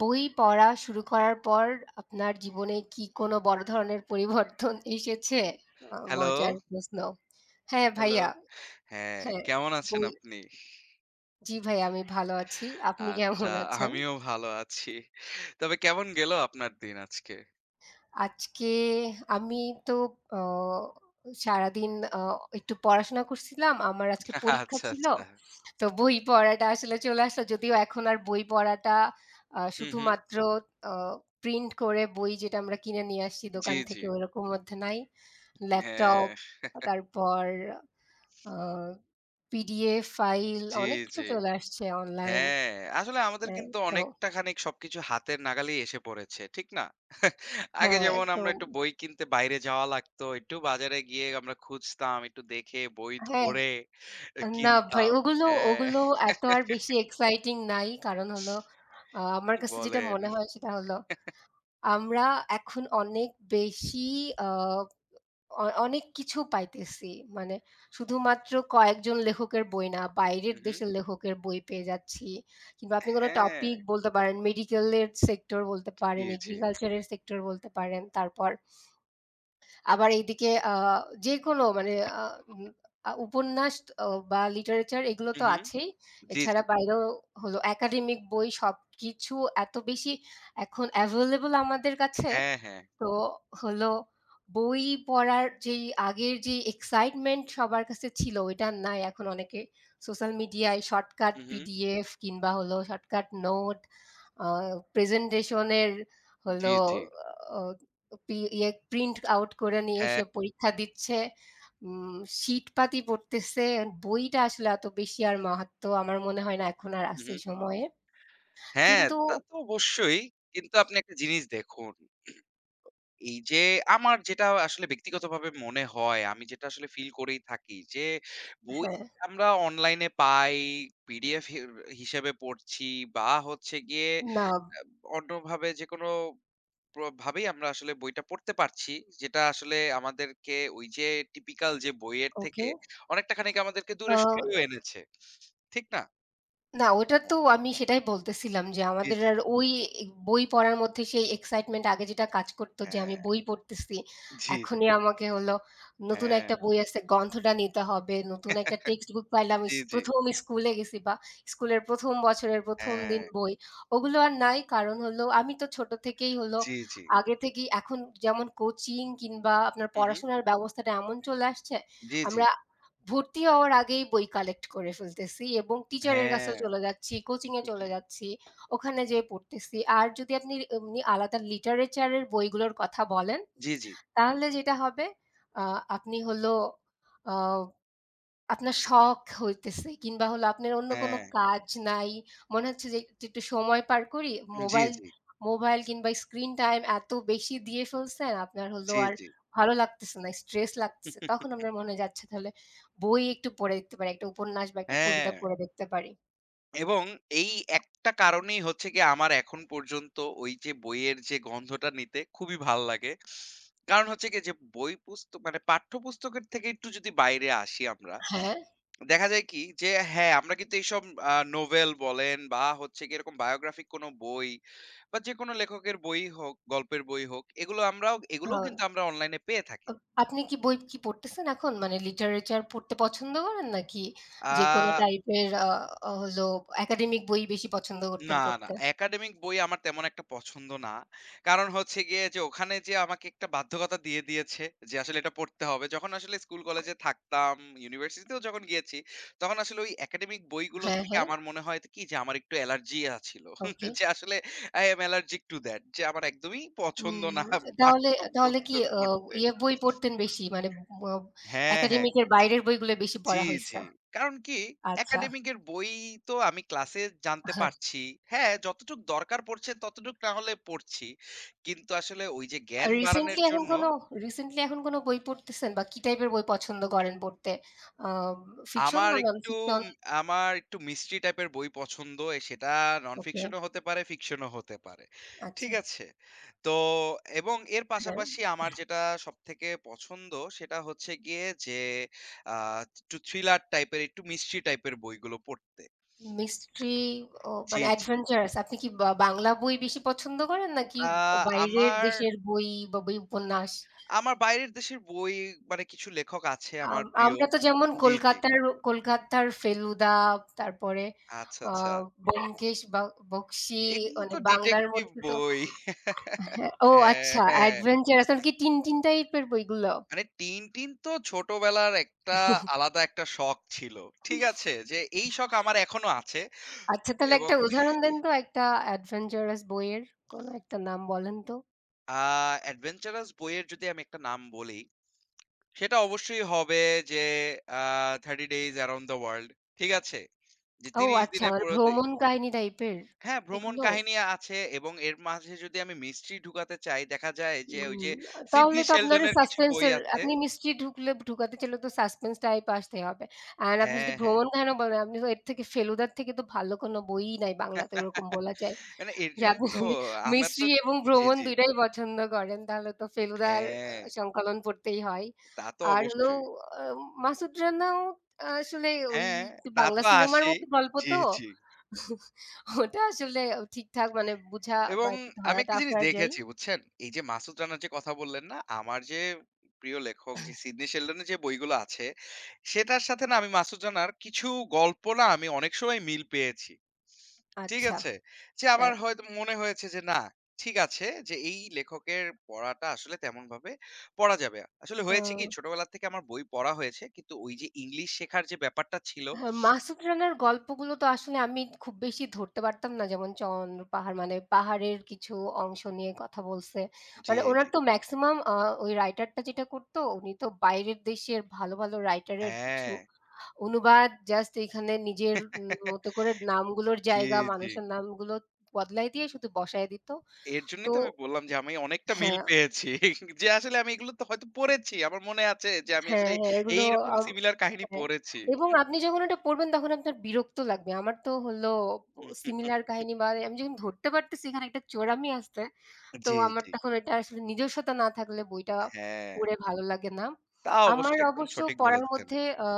বই পড়া শুরু করার পর আপনার জীবনে কি কোনো বড় ধরনের পরিবর্তন এসেছে? হ্যালো, মজার প্রশ্ন। হ্যাঁ, হ্যালো। ভাইয়া। হ্যাঁ, হ্যাঁ, কেমন আছেন বই আপনি? জি, ভাইয়া আমি ভালো আছি। আপনি আচ্ছা, কেমন আছেন? আমিও ভালো আছি। তবে কেমন গেল আপনার দিন আজকে? আজকে আমি তো অ সারাদিন অ একটু পড়াশোনা করছিলাম। আমার আজকে পরীক্ষা আচ্ছা, ছিল। আচ্ছা। তো বই পড়াটা আসলে চলে আসলো। যদিও এখন আর বই পড়াটা হুম, হুম। শুধুমাত্র অ প্রিন্ট করে বই যেটা আমরা কিনে নিয়ে আসছি জি, দোকান জি। থেকে ওরকম মধ্যে নাই। ল্যাপটপ হ্যাঁ, তারপর আ পিডিএফ ফাইল জি, অনেক কিছু জি। চলে আসছে অনলাইন। হ্যাঁ, আসলে আমাদের অ্যা কিন্তু তো অনেকটা খানিক সবকিছু হাতের নাগালেই এসে পড়েছে। ঠিক না? আগে হ্যাঁ, যেমন তো আমরা একটু বই কিনতে বাইরে যাওয়া লাগতো। একটু বাজারে গিয়ে আমরা খুঁজতাম, একটু দেখে বই হ্যাঁ। ধরে এ না ভাই কিনতাম। ওগুলো, হ্যাঁ, ওগুলো এত আর বেশি এক্সাইটিং নাই। কারণ হলো আমার কি কাছে যেটা বলেন? মনে হয় সেটা হলো আমরা এখন অনেক বেশি আ অ অনেক কিছু পাইতেছি। মানে শুধুমাত্র কয়েকজন লেখকের বই না, বাইরের হুম, হুম। দেশের লেখকের বই পেয়ে যাচ্ছি। কিংবা আপনি কোনো হ্যাঁ, টপিক বলতে পারেন, মেডিকেলের সেক্টর বলতে জি, পারেন, জি। এগ্রিকালচারের সেক্টর বলতে পারেন। তারপর আবার এইদিকে আ যেকোনো মানে আ উম আ উপন্যাস বা লিটারেচার এগুলো তো হুম, হুম। আছেই। জি, জি। এছাড়া বাইরেও হলো একাডেমিক বই সবকিছু এত বেশি এখন available আমাদের কাছে হ্যাঁ, হ্যাঁ। তো হলো বই পড়ার যেই আগের যে এক্সাইটমেন্ট সবার কাছে ছিল ওইটা আর নাই। এখন অনেকে সোশ্যাল মিডিয়ায় শর্টকাট হু, হু। পিডিএফ কিংবা হলো শর্টকাট নোট আ প্রেজেন্টেশনের জি, হলো জি। অ পি ইয়ে প্রিন্ট আউট করে নিয়ে এসে হ্যাঁ। পরীক্ষা দিচ্ছে। উম শীটপাতি পড়তেছে। বইটা আসলে এত বেশি আর মাহাত্ম আমার মনে হয় না এখন আর হু, আছে হু। এই সময়ে। হ্যাঁ, কিন্তু তা তো অবশ্যই। কিন্তু আপনি একটা জিনিস দেখুন, এই যে আমার যেটা আসলে ব্যক্তিগতভাবে মনে হয়, আমি যেটা আসলে ফিল করেই থাকি যে বই হ্যাঁ, আমরা অনলাইনে পাই, পিডিএফ হিসেবে পড়ছি বা হচ্ছে গিয়ে না অন্যভাবে যেকোনো ভাবেই আমরা আসলে বইটা পড়তে পারছি। যেটা আসলে আমাদেরকে ওই যে টিপিক্যাল যে বইয়ের ওকে। থেকে অনেকটা খানিক আমাদেরকে আ দূরে সরিয়েও এনেছে। ঠিক না? না, ওটা তো আমি সেটাই বলতেছিলাম যে জি, আমাদের জি। আর ওই এ বই পড়ার মধ্যে সেই এক্সাইটমেন্ট আগে যেটা কাজ করত যে আমি হ্যাঁ, বই পড়তেছি। জি, জি। এখনই আমাকে হলো নতুন হ্যাঁ। একটা বই আছে গ্রন্থটা নিতে হবে। নতুন একটা টেক্সট বুক পাইলাম। ইস জি, জি। ১ম স্কুলে গেছি বা স্কুলের ১ম বছরের ১ম দিন হ্যাঁ, বই। ওগুলো আর নাই। কারণ হলো আমি তো ছোট থেকেই হলো জি, জি। আগে থেকেই এখন যেমন কোচিং কিংবা আপনার হু, হু। পড়াশোনার ব্যবস্থাটা এমন চলে আসছে, জি, জি। আমরা ভর্তি হওয়ার আগেই বই কালেক্ট করে ফেলতেছি এবং টিচারের কাছেও হ্যাঁ। চলে যাচ্ছি, কোচিং এ চলে যাচ্ছি। ওখানে যেয়ে পড়তেছি। আর যদি আপনি এমনি আলাদা লিটারেচার এর বইগুলোর কথা বলেন, জি, জি। তাহলে যেটা হবে আ আপনি হলো আ আপনার শখ হইতেছে কিংবা হলো আপনার অন্য কোনো হ্যাঁ। কাজ নাই। মনে হচ্ছে যে যে একটু সময় পার করি। জি, মোবাইল জি। মোবাইল কিংবা স্ক্রিন টাইম এত বেশি দিয়ে ফেলছেন, আপনার হলো জি, আর জি। ভালো লাগতেছে না, স্ট্রেস লাগতেছে। তখন আপনার মনে হয় যে আচ্ছা তাহলে বই একটু পড়ে দেখতে পারি। একটা উপন্যাস বা একটা কবিতা হ্যাঁ, পড়ে দেখতে পারি। এবং এই একটা কারণেই হচ্ছে গিয়ে আমার এখন পর্যন্ত ওই যে বইয়ের যে গন্ধটা নিতে খুবই ভাল লাগে। কারণ হচ্ছে গিয়ে যে বই পুস্তক মানে পাঠ্যপুস্তকের থেকে একটু যদি বাইরে আসি আমরা, হ্যাঁ, দেখা যায় কি যে হ্যাঁ, আমরা কিন্তু এইসব নোভেল বলেন বা হচ্ছে গিয়ে এরকম বায়োগ্রাফিক কোন বই বা যেকোনো লেখকের বই হোক, গল্পের বই হোক, এগুলো আমরাও এগুলোও আর কিন্তু আমরা অনলাইনে পেয়ে থাকি। আপ আপনি কি বই কি পড়তেছেন এখন? মানে লিটারেচার পড়তে পছন্দ করেন নাকি আ যেকোনো টাইপের হলো একাডেমিক বই বেশি পছন্দ করতেন না, না পড়তে? একাডেমিক বই আমার তেমন একটা পছন্দ না। কারণ হচ্ছে গিয়ে যে ওখানে যে আমাকে একটা বাধ্যকতা দিয়ে দিয়েছে যে আসলে এটা পড়তে হবে। যখন আসলে স্কুল কলেজে থাকতাম, ইউনিভার্সিটিতেও যখন গিয়েছি, তখন আসলে ওই একাডেমিক বইগুলো হ্যাঁ, থেকে হ্যাঁ। আমার মনে হয় কি যে আমার একটু অ্যালার্জি ছিল। ওকে। যে আসলে I am allergic to that যে আমার একদমই পছন্দ উম না তাহলে পাঠ্য তাহলে কি পুস্তক পড়তে। ইয়ে বই পড়তেন বেশি? মানে ব হ্যাঁ, হ্যাঁ। একাডেমিক এর বাইরের বইগুলো বেশি জি, পড়া হইছে। জি। কারণ কি আচ্ছা। একাডেমিক এর বই তো আমি ক্লাসে জানতে পারছি। হ্যাঁ, যতটুক দরকার পড়ছে ততটুক না হলে পড়ছি। কিন্তু আসলে ওই যে আর জ্ঞান বাড়ানোর জন্য রিসেন্টলি এখন কোনো বই পড়তেছেন বা কি টাইপের বই পছন্দ করেন পড়তে? আ ফিকশন আমার না নন একটু ফিকশন? আমার একটু মিস্ট্রি টাইপের বই পছন্দ। এ সেটা নন ওকে। ফিকশন ও হতে পারে, ফিকশন ও হতে পারে। আচ্ছা। ঠিক আছে? তো এবং এর হ্যাঁ। পাশাপাশি আমার যেটা সবথেকে পছন্দ সেটা হচ্ছে গিয়ে যে আ একটু থ্রিলার টাইপের, একটু মিস্ট্রি টাইপের বইগুলো পড়তে। মিস্ট্রি ও জি, মানে জি। অ্যাডভেঞ্চারাস। আপনি কি বা বাংলা বই বেশি পছন্দ করেন নাকি আ বাইরের আমার, দেশের বই বা বই উপন্যাস? আমার, বাইরের দেশের বই মানে কিছু লেখক আছে আম আমার প্রিয়। আমরা তো যেমন জি, জি। কলকাতার কলকাতার ফেলুদা, তারপরে আচ্ছা, আ আচ্ছা। ব্যোমকেশ বা বক্সী এগুলো মানে তো বাংলার ডিটেকটিভ মধ্যে তো বই। হ্যাঁ, ও হ্যাঁ, আচ্ছা হ্যাঁ। অ্যাডভেঞ্চারাস কি 'টিনটিন' টাইপের বইগুলো? মানে 'টিনটিন' তো ছোটবেলার একটা আলাদা একটা শখ ছিল। ঠিক আছে? যে এই শখ আমার এখনো আছে আচ্ছা তাহলে এবং একটা উদাহরণ দেন তো একটা অ্যাডভেঞ্চারাস বইয়ের কোনো একটা নাম বলেন তো। আ অ্যাডভেঞ্চারাস বইয়ের যদি আমি একটা নাম বলি, সেটা অবশ্যই হবে যে আ '30 Days Around the World' ঠিক আছে? যে ও ৩০ আচ্ছা দিনে মানে পুরো ভ্রমণ কাহিনী টাইপের হ্যাঁ, ভ্রমণ এগুলো? কাহিনী আছে এবং এর মাঝে যদি আমি মিস্ট্রি ঢুকাতে চাই, দেখা যায় যে ওই হুম, যে তাহলে সিডনি তো আপনার শেলডনের কিছু সাসপেন্স বই এর আছে। আপনি মিস্ট্রি ঢুকলে ঢুকাতে চাইলে তো সাসপেন্স টাইপ আসতে হবে। অ্যান্ড আপনি যদি হ্যাঁ, হ্যাঁ। ভ্রমণ কাহিনী বলেন, আপনি তো এর থেকে ফেলুদার থেকে তো ভালো কোনো বইই নাই বাংলাতে ওরকম বলা যায়। মানে এর যে জন্যই আপনি তো যদি আমার তো মিস্ট্রি এবং জি, ভ্রমণ জি। ২ টাই পছন্দ করেন তাহলে তো ফেলুদার হ্যাঁ, সংকলন পড়তেই হয়। তা তো আর হলো অবশ্যই। আ মাসুদ রানাও আসলে ওই হ্যাঁ, যে তা বাংলা তো সিনেমার আসেই। মতো গল্প জি, তো। জি। ওটা আসলে ঠিকঠাক মানে বুঝা বা এবং একটু আমি ধরা একটা টাফ জিনিস হয়ে যায়। দেখেছি বুঝছেন? এই যে মাসুদ রানার যে কথা বললেন না? আমার যে প্রিয় লেখক যে সিডনি শেলডনের যে বইগুলো আছে, সেটার সাথে না আমি মাসুদ রানার কিছু গল্প না আমি অনেক সময় মিল পেয়েছি। ঠিক আচ্ছা, আছে? যে হ্যাঁ। আমার হয়তো মনে হয়েছে যে না, ঠিক আছে যে এই লেখকের পড়াটা আসলে তেমনভাবে পড়া যাবে। আসলে আ হয়েছে কি ছোটবেলা থেকে আমার বই পড়া হয়েছে। কিন্তু ওই যে ইংলিশ শেখার যে ব্যাপারটা ছিল। হ্যাঁ, মাসুদ রানার গল্পগুলো তো আসলে আমি খুব বেশি ধরতে পারতাম না। যেমন চন্দ্র পাহাড় মানে পাহাড়ের কিছু অংশ নিয়ে কথা বলছে। জি, মানে উনার জি। তো মেক্সিমাম ওই রাইটারটা যেটা করতো উনি তো বাইরের দেশের ভালো, ভালো রাইটারের কিছু হ্যাঁ। অনুবাদ জাস্ট এখানে নিজের মতো করে নামগুলোর জি, জায়গা, জি। মানুষের নামগুলো বদলায় দিয়ে শুধু বসায় দিত। এর তো জন্যই তো আমি বললাম যে আমি অনেকটা মিল হ্যাঁ। পেয়েছি। যে আসলে আমি এগুলো তো হয়তো পড়েছি। আমার মনে আছে যে আমি হ্যাঁ, আসলে হ্যাঁ, এগুলো এইরকম আম সিমিলার কাহিনী হ্যাঁ, পড়েছি। এবং আপনি যখন এটা পড়বেন তখন আপনার বিরক্ত লাগবে। আমার তো হলো সিমিলার হুম, কাহিনী বা আমি যখন ধরতে পারতেছি এখানে একটা চোরামি আছে। তো জি, আমার জি। তখন এটা আসলে নিজস্বতা না থাকলে বইটা হ্যাঁ, পড়ে ভালো লাগে না। তা অবশ্য আমার একদম অবশ্য সঠিক পড়ার বলেছেন। মধ্যে আ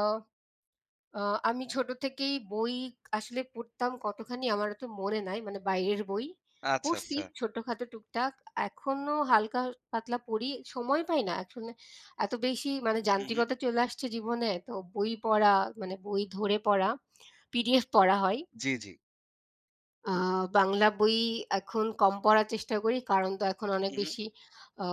আ আমি ছোট থেকেই বই আসলে পড়তাম কতখানি আমার অত মনে নাই। মানে বাইরের বই। আচ্ছা, পড়ছি আচ্ছা। ছোটখাটো টুকটাক। এখনো হালকা পাতলা পড়ি। সময় পাই না। এখন এত বেশি মানে হু, হু। যান্ত্রিকতা চলে আসছে জীবনে। তো বই পড়া মানে বই ধরে পড়া, পিডিএফ পড়া হয়। জি, জি। আ বাংলা বই এখন কম পড়ার চেষ্টা করি। কারণ তো এখন অনেক হু, হু। বেশি আ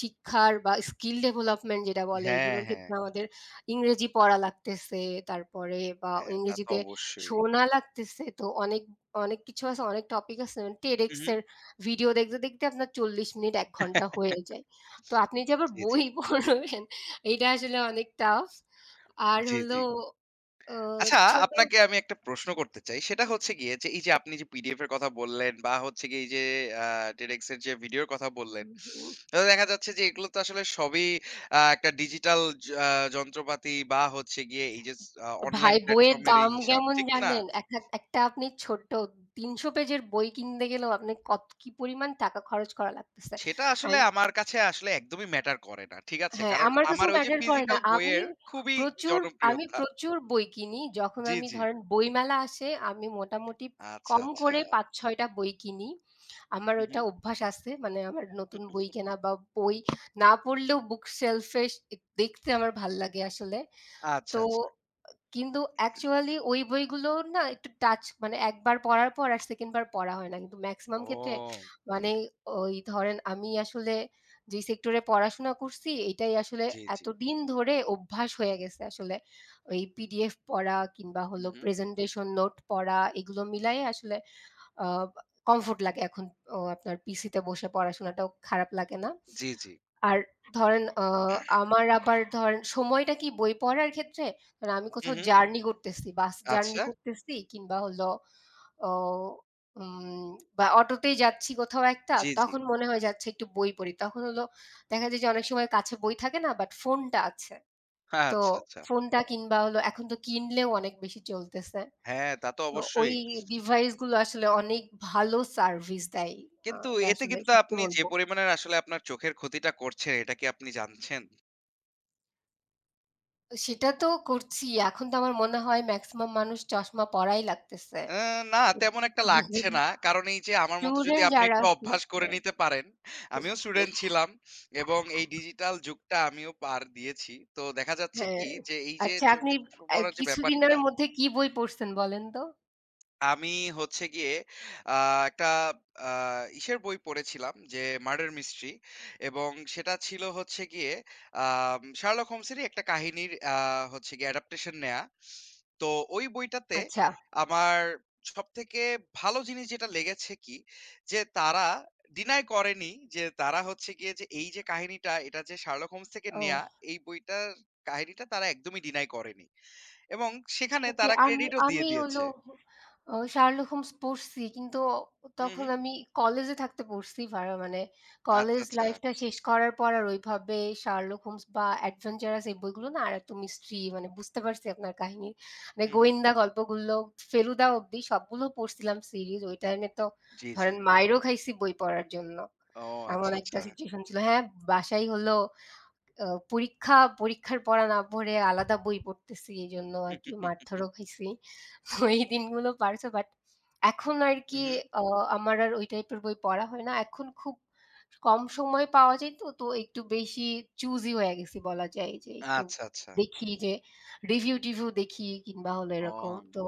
শিক্ষার বা স্কিল ডেভেলপমেন্ট যেটা বলে হ্যাঁ, এগুলোর হ্যাঁ, ক্ষেত্রে আমাদের ইংরেজি পড়া লাগতেছে। তারপরে বা হ্যাঁ, তা তো ইংরেজিতে অবশ্যই। শোনা লাগতেছে। তো অনেক কিছু আছে, অনেক টপিক আছে। যেমন TEDx হু, হু। এর ভিডিও দেখতে, দেখতে আপনার ৪০ মিনিট ১ ঘন্টা হয়ে যায়। তো আপনি যে আবার জি, জি। বই পড়বেন এটা আসলে অনেক টাফ। আর জি, হলো জি। আ আচ্ছা, আপনাকে আমি একটা প্রশ্ন করতে চাই। সেটা হচ্ছে গিয়ে যে এই যে আপনি যে পিডিএফ এর কথা বললেন বা হচ্ছে গিয়ে এই যে আ TEDx এর যে ভিডিওর কথা বললেন, ছোট তো দেখা যাচ্ছে যে এগুলো তো আসলে সবই একটা ডিজিটাল য আ যন্ত্রপাতি বা হচ্ছে গিয়ে এই যে স আ ভাই অনলাইন বইয়ের প্ল্যাটফর্ম এরই দাম হিসাব, কেমন ঠিক না? জানেন? একটা একটা আপনি ছোট্ট ৩০০ পেজের বই কিনতে গেলেও আপনি কত কি পরিমাণ টাকা খরচ করা লাগতেছে। সেটা আসলে অ্যান্ড আমার কাছে আসলে একদমই ম্যাটার করে না। ঠিক আছে? হ্যাঁ, কারণ আমার কাছে আমার ওই যে ম্যাটার করে না। ফিজিক্যাল বইয়ের খুবই প্রচুর আমি জনপ্রিয়তা। প্রচুর বই কিনি। যখন জি, আমি জি। ধরেন বইমেলা আসে আমি মোটামুটি আচ্ছা, কম আচ্ছা। করে ৫-৬ টা বই কিনি। আমার হু, হু। ওইটা অভ্যাস আছে। মানে আমার নতুন বই কেনা বা বই না পড়লেও বুক শেলফে দেখতে আমার ভাল লাগে আসলে। আচ্ছা, তো আচ্ছা। কিন্তু অ্যাকচুয়ালি ওই বইগুলো না একটু টাচ মানে একবার পড়ার পর আর সেকেন্ড বার পড়া হয় না। কিন্তু মেক্সিমাম ক্ষেত্রে ও! মানে ওই ধরেন আমি আসলে যেই সেক্টরে পড়াশোনা করছি এটাই আসলে জি, জি। এতদিন ধরে অভ্যাস হয়ে গেছে আসলে। ওই পিডিএফ পড়া কিংবা হু, হলো হু। প্রেজেন্টেশন নোট পড়া এগুলো মিলায়ে আসলে আ কমফোর্ট লাগে এখন ও আপনার পিসিতে বসে পড়াশোনাটাও খারাপ লাগে না। জি, জি। আর ধরেন আমার আবার ধরেন সময়টা কি বই পড়ার ক্ষেত্রে মানে আমি কোথাও হুম, হুম। জার্নি করতেছি, বাস জার্নি আচ্ছা। করতেছি কিংবা হলো অ উম বা অটোতেই যাচ্ছি কোথাও একটা, জি, জি। তখন মনে হয় যে আচ্ছা একটু বই পড়ি। তখন হলো দেখা যায় যে অনেক সময় কাছে বই থাকে না বাট ফোনটা আছে। তো আচ্ছা, আচ্ছা। ফোনটা কিংবা হলো এখন তো Kindleও অনেক বেশি চলতেছে। হ্যাঁ, তা তো তো ওই অবশ্যই। ডিভাইস গুলো আসলে অনেক ভালো সার্ভিস দেয়। কিন্তু এটা এতে আসলে কিন্তু সত্যি আপনি বলব। যে পরিমাণের আসলে আপনার চোখের ক্ষতিটা করছে, এটা কি আপনি জানছেন? সেটা তো করছি। এখন তো আমার মনে হয় মেক্সিমাম মানুষ চশমা পড়াই লাগতেছে। আ না, তেমন একটা লাগছে না। কারণ এই যে আমার মতো যদি স্টুডেন্ট আপনি যারা একটু আছে অভ্যাস করে হ্যাঁ। নিতে পারেন। আমিও স্টুডেন্ট ছিলাম এবং এই ডিজিটাল যুগটা আমিও পার দিয়েছি। তো দেখা যাচ্ছে হ্যাঁ। কি যে এই যে আচ্ছা আপনি চোখে চশমা পড়ার যে কিছুদিনের ব্যাপারটা মধ্যে কি বই পড়ছেন বলেন তো? আমি হচ্ছে গিয়ে আ একটা আ ইসের বই পড়েছিলাম যে 'মার্ডার মিস্ট্রি' এবং সেটা ছিল হচ্ছে গিয়ে 'শার্লক হোমস'-এরই একটা কাহিনীর হচ্ছে গিয়ে অ্যাডাপ্টেশন নেয়া। তো ওই বইটাতে আচ্ছা। আমার সবথেকে ভালো জিনিস যেটা লেগেছে কি, যে তারা ডিনাই করেনি যে তারা হচ্ছে গিয়ে যে এই যে কাহিনীটা এটা যে 'শার্লক হোমস' থেকে ও নেয়া এই বইটার কাহিনীটা তারা একদমই ডিনাই করেনি এবং সেখানে ওকে তারা আমি ক্রেডিটও আমি দিয়ে হলো দিয়েছে। ও 'Sherlock Holmes' পড়ছি। কিন্তু হু, তখন হু। আমি কলেজে থাকতে পড়ছি ভাড়া মানে আচ্ছা, কলেজ আচ্ছা। লাইফটা শেষ করার পর আর ওইভাবে 'Sherlock Holmes' বা 'Adventurous' এই বইগুলো না আর এত মিস্ট্রি মানে বুঝতে পারছি আপনার কাহিনী। মানে হু, হু। গোয়েন্দা গল্পগুলো 'ফেলুদা' অব্দি সবগুলো পড়ছিলাম সিরিজ। ওই টাইমে তো জি, জি। ধরেন মাইরও খাইছি বই পড়ার জন্য। ও এমন আচ্ছা, একটা আচ্ছা। সিচুয়েশন ছিল। হ্যাঁ, বাসায় হলো পরীক্ষা, পরীক্ষার পড়া না পড়ে আলাদা বই পড়তেছি। এজন্য আরকি মারধরও খাইছি। তো এই দিনগুলো পার হছে বাট এখন আর হু, কি হু। আ আমার আর ওই টাইপের বই পড়া হয় না। এখন খুব কম সময় পাওয়া যায় তো, তো একটু বেশি চুজি হয়ে গেছি বলা যায় যে একটু আচ্ছা, আচ্ছা। দেখি যে রিভিউ-টিভিউ দেখি কিংবা হলো এরকম। ও তো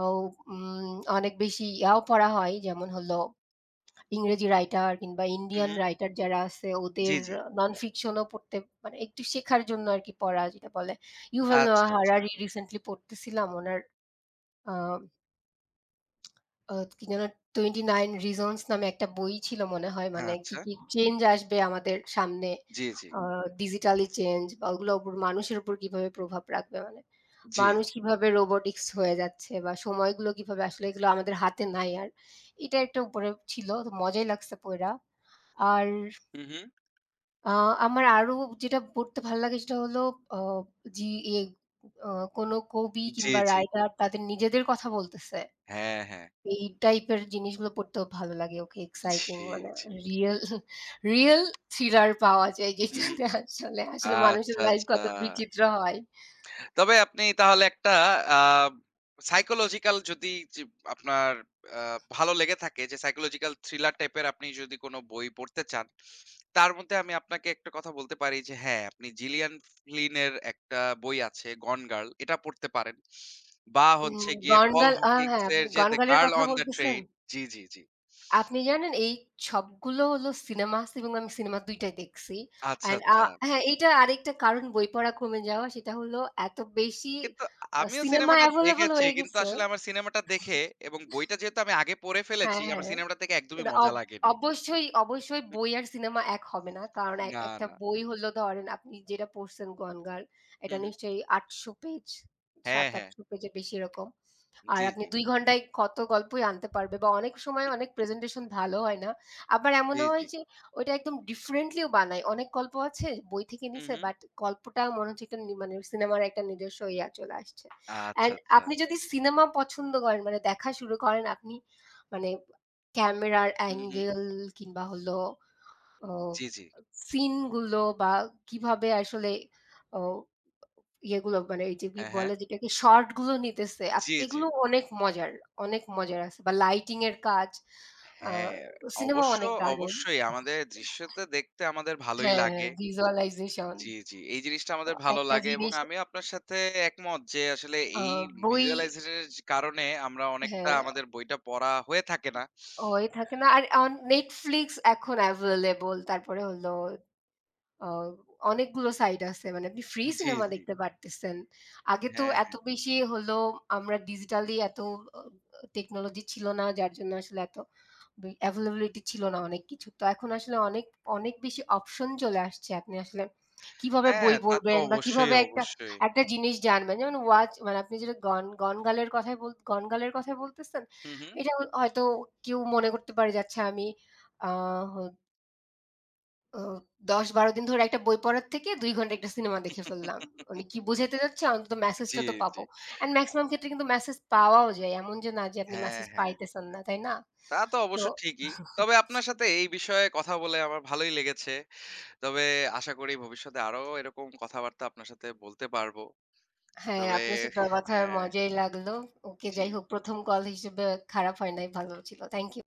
ও উম অনেক বেশি ইয়াও পড়া হয় যেমন হলো ইংরেজি রাইটার কিংবা হু, ইন্ডিয়ান হু। রাইটার যারা আছে ওদের জি, জি। নন ফিকশনও পড়তে মানে একটু শেখার জন্য আরকি পড়া যেটা বলে। ইউভাল নোয়া আচ্ছা, আচ্ছা। হারারি রিসেন্টলি পড়তেছিলাম উনার আ আ কি যেন '29 Reasons' নামে একটা বই ছিল মনে হয়। হ্যাঁ, মানে কি, আচ্ছা। কি চেঞ্জ আসবে আমাদের সামনে। জি, জি, আ ডিজিটালি চেঞ্জ বা ওগুলো উপর মানুষের উপর কিভাবে প্রভাব রাখবে মানে। জি, মানুষ কিভাবে রোবোটিক্স হয়ে যাচ্ছে বা সময়গুলো কিভাবে আসলে এগুলো আমাদের হাতে নাই আর। এটা একটা উপরে ছিল। তো মজাই লাগছে পইড়া। আর হু, হু। আ আমার আরো যেটা পড়তে ভাল লাগে সেটা হলো আ জি এ আ কোনো কবি জি, কিংবা জি। রাইটার তাদের নিজেদের কথা বলতেছে। হ্যাঁ, হ্যাঁ। এই টাইপের জিনিসগুলো পড়তেও ভালো লাগে। ওকে এক্সাইটিং জি, মানে জি। রিয়াল রিয়াল থ্রিলার পাওয়া যায় হু, হু। যেটাতে আসলে আসলে মানুষের আচ্ছা, লাইফ আচ্ছা। কত বিচিত্র হয়। তবে আপনি তাহলে একটা আ সাইকোলজিক্যাল যদি যে আপনার আ ভালো লেগে থাকে যে সাইকোলজিক্যাল থ্রিলার টাইপের আপনি যদি কোন বই পড়তে চান, তার মধ্যে আমি আপনাকে একটা কথা বলতে পারি যে হ্যাঁ, আপনি জিলিয়ান ফ্লিনের একটা বই আছে, 'গন গার্ল' এটা পড়তে পারেন। বা উম হচ্ছে গিয়ে পল গনগাল আ হকিংস হ্যাঁ, আপনি এর যে 'দ্য গনগালের গার্ল কথা অন দ্য বলতেছেন? ট্রেইন'। জি, জি, জি। আপনি জানেন এই সবগুলো হলো সিনেমা আছে এবং আমি সিনেমা ২ টাই দেখছি। আচ্ছা, অ্যান্ড আচ্ছা। হ্যাঁ, এইটা আরেকটা কারণ বই পড়া কমে যাওয়া সেটা হলো এত বেশি কিন্তু আমিও সিনেমা সিনেমাটা এভেইলেবল দেখেছি। হয়ে কিন্তু গেছে আসলে আমার সিনেমাটা দেখে এবং বইটা যেহেতু আমি আগে পড়ে হ্যাঁ, ফেলেছি, আমার হ্যাঁ। সিনেমাটা দেখে একদমই না মজা অব লাগেনি। অবশ্যই, অবশ্যই বই আর সিনেমা এক হবে না। কারণ এক না, একটা না। বই হলো ধরেন আপনি যেটা পড়ছেন 'গনগার' হু, এটা হু। নিশ্চয়ই ৮০০ পেজ, হ্যাঁ, হ্যাঁ। ৭-৮০০ পেজের বেশি এরকম। আর জি, আপনি জি, ২ ঘন্টায় কত গল্পই আনতে পারবে বা অনেক সময় অনেক প্রেজেন্টেশন ভালো হয় না। আবার জি, এমনও জি। হয় যে ওইটা একদম ডিফারেন্টলিও বানায়। অনেক গল্প আছে বই থেকে হু, নিছে হু। বাট গল্পটা মনে হচ্ছে একটা নি মানে সিনেমার একটা নিজস্ব ইয়া চলে আসছে। আচ্ছা, অ্যান্ড আচ্ছা। আপনি যদি সিনেমা পছন্দ করেন মানে দেখা শুরু করেন আপনি মানে ক্যামেরার হু, হু। অ্যাঙ্গেল কিংবা হলো ও জি, জি। সিন গুলো বা কিভাবে আসলে ও ইয়েগুলো মানে এই যে কি হ্যাঁ, হ্যাঁ। বলে যেটাকে শর্ট গুলো নিতেছে। জি, জি। এগুলো অনেক মজার, অনেক মজার আছে বা লাইটিং এর কাজ। আ হ্যাঁ, সিনেমা অবশ্য অনেক দারুণ। অবশ্যই আমাদের দৃশ্যটা দেখতে আমাদের ভালোই হ্যাঁ, লাগে। ভিজুয়ালাইজেশন। জি, জি। এই জিনিসটা তো আমাদের ভালো একটা লাগে এবং জিনিস আমিও আপনার সাথে একমত যে আসলে আ এই বই visualizer এর কারণে আমরা হ্যাঁ, অনেকটা আমাদের বইটা পড়া হয়ে থাকে না। হয়ে থাকে না। আর অন Netflix এখন available তারপরে হলো আ অনেকগুলো সাইট আছে। মানে আপনি ফ্রি জি, সিনেমা জি। দেখতে পারতেছেন। আগে তো হ্যাঁ, এত বেশি হলো আমরা ডিজিটালি এত অ টেকনোলজি ছিল না। যার জন্য আসলে এত availability ছিল না অনেক কিছু। তো এখন আসলে অনেক, অনেক বেশি অপশন চলে আসছে। আপনি আসলে কিভাবে বই হ্যাঁ, তা তো পড়বেন বা অবশ্যই, কিভাবে একটা, অবশ্যই। একটা জিনিস জানবেন। যেমন ওয়াচ মানে আপনি যেটা গন গনগালের কথাই বল গনগালের কথাই বলতেছেন। হু, হু। এটা হয়তো কেউ মনে করতে পারে যে আচ্ছা আমি আ হ ও ১০-১২ দিন ধরে একটা বই পড়ার থেকে ২ ঘন্টা একটা সিনেমা দেখে ফেললাম। উনি কি বুঝাতে চাচ্ছে অন্তত জি, মেসেজটা তো জি। পাবো। অ্যান্ড মেক্সিমাম ক্ষেত্রে কিন্তু মেসেজ পাওয়াও যায়। এমন যে না যে আপনি হ্যাঁ, মেসেজ হ্যাঁ। পাইতেছেন না, তাই না? তা তো তো অবশ্য ঠিকই। তবে আপনার সাথে এই বিষয়ে কথা বলে আমার ভালোই লেগেছে। তবে আশা করি ভবিষ্যতে আরো এরকম কথাবার্তা আপনার সাথে বলতে পারব। হ্যাঁ, তবে আপনার সাথে কথা হয়ে হ্যাঁ, মজাই লাগলো। ওকে জি। যাই হোক ১ম কল হিসেবে খারাপ হয় নাই, ভালো ছিল। Thank you.